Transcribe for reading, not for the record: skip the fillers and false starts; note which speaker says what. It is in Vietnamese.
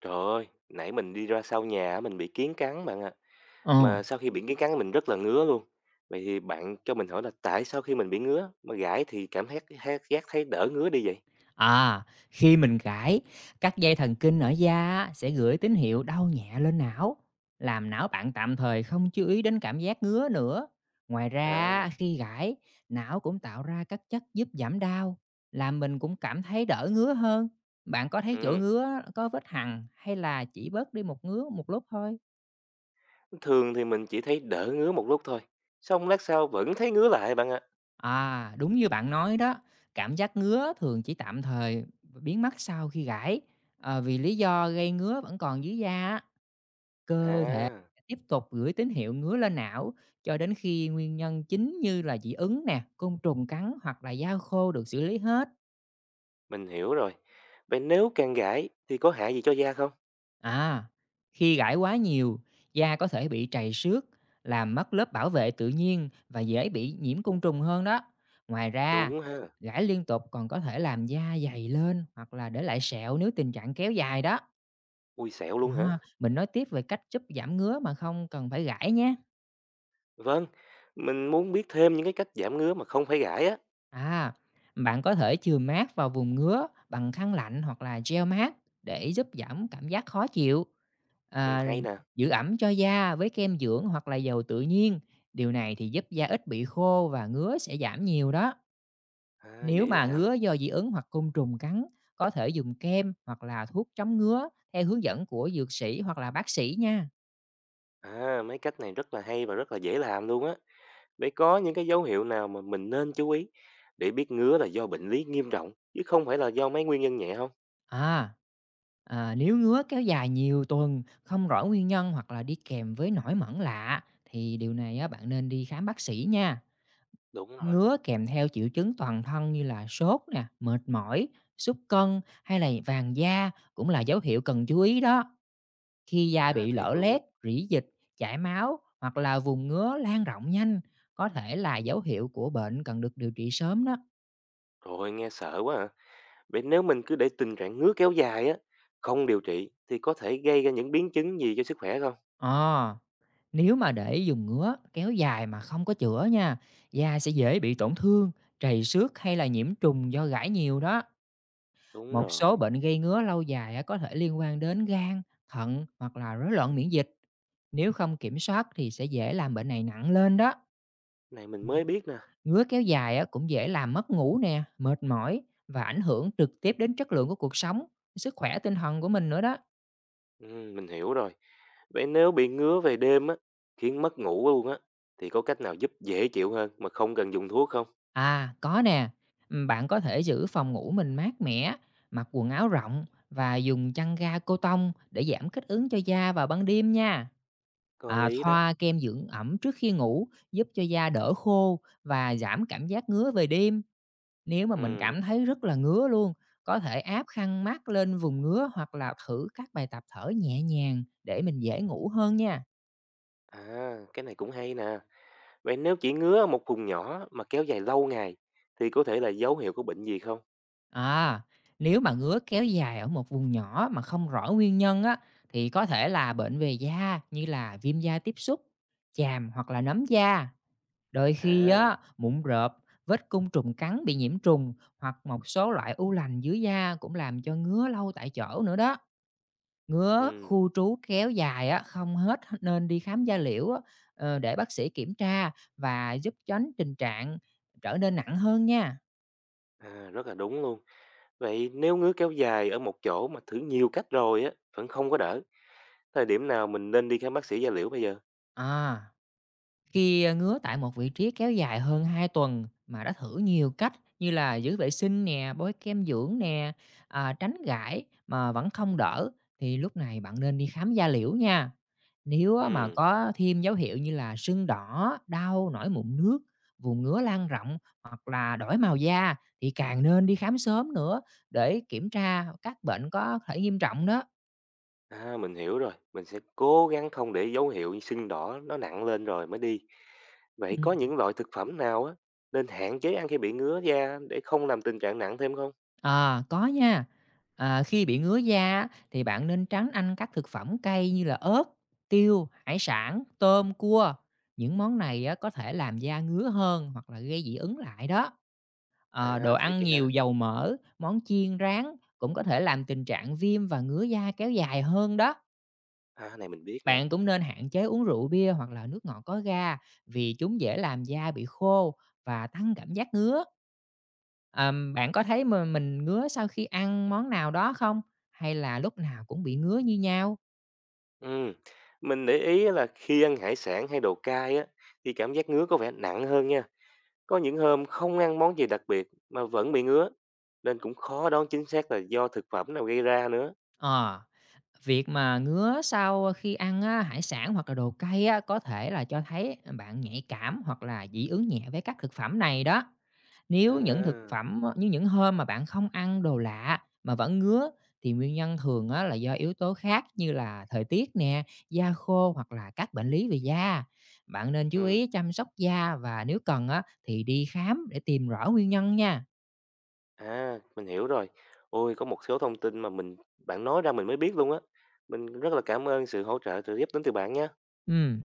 Speaker 1: Trời ơi, nãy mình đi ra sau nhà á, mình bị kiến cắn bạn ạ.
Speaker 2: Ờ,
Speaker 1: Mà sau khi bị kiến cắn mình rất là ngứa luôn. Vậy thì bạn cho mình hỏi là tại sao khi mình bị ngứa mà gãi thì cảm giác thấy đỡ ngứa đi vậy?
Speaker 2: à, Khi mình gãi, các dây thần kinh ở da á sẽ gửi tín hiệu đau nhẹ lên não, làm não bạn tạm thời không chú ý đến cảm giác ngứa nữa. Ngoài ra, á,
Speaker 1: À,
Speaker 2: khi gãi, não cũng tạo ra các chất giúp giảm đau, làm mình cũng cảm thấy đỡ ngứa hơn. Bạn có thấy chỗ
Speaker 1: ừ.
Speaker 2: ngứa có vết hằn hay là chỉ bớt đi một ngứa một lúc thôi?
Speaker 1: Thường thì mình chỉ thấy đỡ ngứa một lúc thôi. Xong lát sau vẫn thấy ngứa lại bạn ạ.
Speaker 2: À, đúng như bạn nói đó, cảm giác ngứa thường chỉ tạm thời biến mất sau khi gãi. Ờ, vì lý do gây ngứa vẫn còn dưới da á, cơ thể
Speaker 1: À,
Speaker 2: tiếp tục gửi tín hiệu ngứa lên não cho đến khi nguyên nhân chính như là dị ứng nè, côn trùng cắn hoặc là da khô được xử lý hết.
Speaker 1: mình hiểu rồi. Vậy nếu càng gãi thì có hại gì cho da không?
Speaker 2: À, khi gãi quá nhiều, da có thể bị trầy xước, làm mất lớp bảo vệ tự nhiên và dễ bị nhiễm côn trùng hơn đó. Ngoài ra,
Speaker 1: Đúng ha.
Speaker 2: gãi liên tục còn có thể làm da dày lên hoặc là để lại sẹo nếu tình trạng kéo dài đó.
Speaker 1: Ui sẹo luôn hả?
Speaker 2: À, mình nói tiếp về cách giúp giảm ngứa mà không cần phải gãi nhé.
Speaker 1: Vâng, mình muốn biết thêm những cái cách giảm ngứa mà không phải gãi á.
Speaker 2: À, bạn có thể chườm mát vào vùng ngứa bằng khăn lạnh hoặc là gel mát để giúp giảm cảm giác khó chịu.
Speaker 1: Ừ,
Speaker 2: À,
Speaker 1: hay nè.
Speaker 2: giữ ẩm cho da với kem dưỡng hoặc là dầu tự nhiên. Điều này thì giúp da ít bị khô và ngứa sẽ giảm nhiều đó.
Speaker 1: À,
Speaker 2: Nếu
Speaker 1: dễ
Speaker 2: mà
Speaker 1: làm.
Speaker 2: ngứa do dị ứng hoặc côn trùng cắn, có thể dùng kem hoặc là thuốc chống ngứa theo hướng dẫn của dược sĩ hoặc là bác sĩ nha.
Speaker 1: À, mấy cách này rất là hay và rất là dễ làm luôn á. Vậy có những cái dấu hiệu nào mà mình nên chú ý để biết ngứa là do bệnh lý nghiêm trọng chứ không phải là do mấy nguyên nhân nhẹ không?
Speaker 2: À, Nếu ngứa kéo dài nhiều tuần, không rõ nguyên nhân hoặc là đi kèm với nổi mẩn lạ thì điều này á, bạn nên đi khám bác sĩ nha.
Speaker 1: Đúng rồi.
Speaker 2: Ngứa kèm theo triệu chứng toàn thân như là sốt nè, mệt mỏi, sút cân hay là vàng da cũng là dấu hiệu cần chú ý đó. Khi da
Speaker 1: À,
Speaker 2: bị
Speaker 1: thiệt
Speaker 2: lở
Speaker 1: luôn á.
Speaker 2: loét, rỉ dịch, chảy máu hoặc là vùng ngứa lan rộng nhanh, có thể là dấu hiệu của bệnh cần được điều trị sớm đó.
Speaker 1: Rồi nghe sợ quá à. Vậy nếu mình cứ để tình trạng ngứa kéo dài á, không điều trị thì có thể gây ra những biến chứng gì cho sức khỏe không?
Speaker 2: Ờ Nếu mà để dùng ngứa kéo dài mà không có chữa nha, da sẽ dễ bị tổn thương, trầy xước hay là nhiễm trùng do gãi nhiều đó.
Speaker 1: Đúng
Speaker 2: Một số
Speaker 1: rồi.
Speaker 2: bệnh gây ngứa lâu dài á, có thể liên quan đến gan, thận hoặc là rối loạn miễn dịch. Nếu không kiểm soát thì sẽ dễ làm bệnh này nặng lên đó.
Speaker 1: Này mình
Speaker 2: Ừ.
Speaker 1: mới biết nè.
Speaker 2: Ngứa kéo dài á, cũng dễ làm mất ngủ nè, mệt mỏi và ảnh hưởng trực tiếp đến chất lượng của cuộc sống, sức khỏe tinh thần của mình nữa đó.
Speaker 1: Ừ, mình hiểu rồi. Vậy nếu bị ngứa về đêm á, khiến mất ngủ luôn á, thì có cách nào giúp dễ chịu hơn mà không cần dùng thuốc không?
Speaker 2: À, có nè. Bạn có thể giữ phòng ngủ mình mát mẻ, mặc quần áo rộng và dùng chăn ga cô tông để giảm kích ứng cho da vào ban đêm nha.
Speaker 1: Có
Speaker 2: À,
Speaker 1: lý đó.
Speaker 2: thoa kem dưỡng ẩm trước khi ngủ giúp cho da đỡ khô và giảm cảm giác ngứa về đêm. Nếu mà mình
Speaker 1: Ừ.
Speaker 2: cảm thấy rất là ngứa luôn, có thể áp khăn mát lên vùng ngứa hoặc là thử các bài tập thở nhẹ nhàng để mình dễ ngủ hơn nha.
Speaker 1: À, cái này cũng hay nè. Vậy nếu chỉ ngứa ở một vùng nhỏ mà kéo dài lâu ngày thì có thể là dấu hiệu của bệnh gì không?
Speaker 2: À, nếu mà ngứa kéo dài ở một vùng nhỏ mà không rõ nguyên nhân á, thì có thể là bệnh về da như là viêm da tiếp xúc, chàm hoặc là nấm da. Đôi khi
Speaker 1: À,
Speaker 2: á, mụn rợp, vết côn trùng cắn bị nhiễm trùng hoặc một số loại u lành dưới da cũng làm cho ngứa lâu tại chỗ nữa đó. Ngứa
Speaker 1: ừ,
Speaker 2: khu trú kéo dài á, không hết nên đi khám da liễu á, để bác sĩ kiểm tra và giúp tránh tình trạng trở nên nặng hơn nha.
Speaker 1: à, rất là đúng luôn. Vậy nếu ngứa kéo dài ở một chỗ mà thử nhiều cách rồi á, vẫn không có đỡ, thời điểm nào mình nên đi khám bác sĩ da liễu bây giờ?
Speaker 2: À. Khi ngứa tại một vị trí kéo dài hơn 2 tuần mà đã thử nhiều cách như là giữ vệ sinh nè, bôi kem dưỡng nè, à, tránh gãi mà vẫn không đỡ thì lúc này bạn nên đi khám da liễu nha. Nếu á mà
Speaker 1: Ừ,
Speaker 2: có thêm dấu hiệu như là sưng đỏ, đau, nổi mụn nước, vùng ngứa lan rộng hoặc là đổi màu da thì càng nên đi khám sớm nữa để kiểm tra các bệnh có thể nghiêm trọng đó.
Speaker 1: à, mình hiểu rồi. Mình sẽ cố gắng không để dấu hiệu sưng đỏ nó nặng lên rồi mới đi. Vậy có
Speaker 2: Ừ.
Speaker 1: những loại thực phẩm nào á nên hạn chế ăn khi bị ngứa da để không làm tình trạng nặng thêm không?
Speaker 2: À, có nha. À, khi bị ngứa da á, thì bạn nên tránh ăn các thực phẩm cay như là ớt, tiêu, hải sản, tôm, cua. Những món này á, có thể làm da ngứa hơn hoặc là gây dị ứng lại đó. Ờ, đồ
Speaker 1: À, thiệt
Speaker 2: ăn
Speaker 1: vậy
Speaker 2: nhiều
Speaker 1: hả?
Speaker 2: dầu mỡ, món chiên rán cũng có thể làm tình trạng viêm và ngứa da kéo dài hơn đó.
Speaker 1: À, cái này mình biết nè.
Speaker 2: Bạn cũng nên hạn chế uống rượu bia hoặc là nước ngọt có ga vì chúng dễ làm da bị khô và tăng cảm giác ngứa. Bạn có thấy mà mình ngứa sau khi ăn món nào đó không? Hay là lúc nào cũng bị ngứa như nhau?
Speaker 1: Ừm, mình để ý á là khi ăn hải sản hay đồ cay á thì cảm giác ngứa có vẻ nặng hơn nha. Có những hôm không ăn món gì đặc biệt mà vẫn bị ngứa, nên cũng khó đoán chính xác là do thực phẩm nào gây ra nữa.
Speaker 2: Ờ, việc mà ngứa sau khi ăn á, hải sản hoặc là đồ cay á, có thể là cho thấy bạn nhạy cảm hoặc là dị ứng nhẹ với các thực phẩm này đó. Nếu những thực
Speaker 1: À,
Speaker 2: phẩm như những hôm mà bạn không ăn đồ lạ mà vẫn ngứa thì nguyên nhân thường á là do yếu tố khác như là thời tiết nè, da khô hoặc là các bệnh lý về da. Bạn nên chú
Speaker 1: ừ,
Speaker 2: ý chăm sóc da và nếu cần á thì đi khám để tìm rõ nguyên nhân nha.
Speaker 1: à, mình hiểu rồi. Ôi, có một số thông tin mà bạn nói ra mình mới biết luôn á. Mình rất là cảm ơn sự hỗ trợ trợ giúp đến từ bạn nhé.
Speaker 2: Ừm.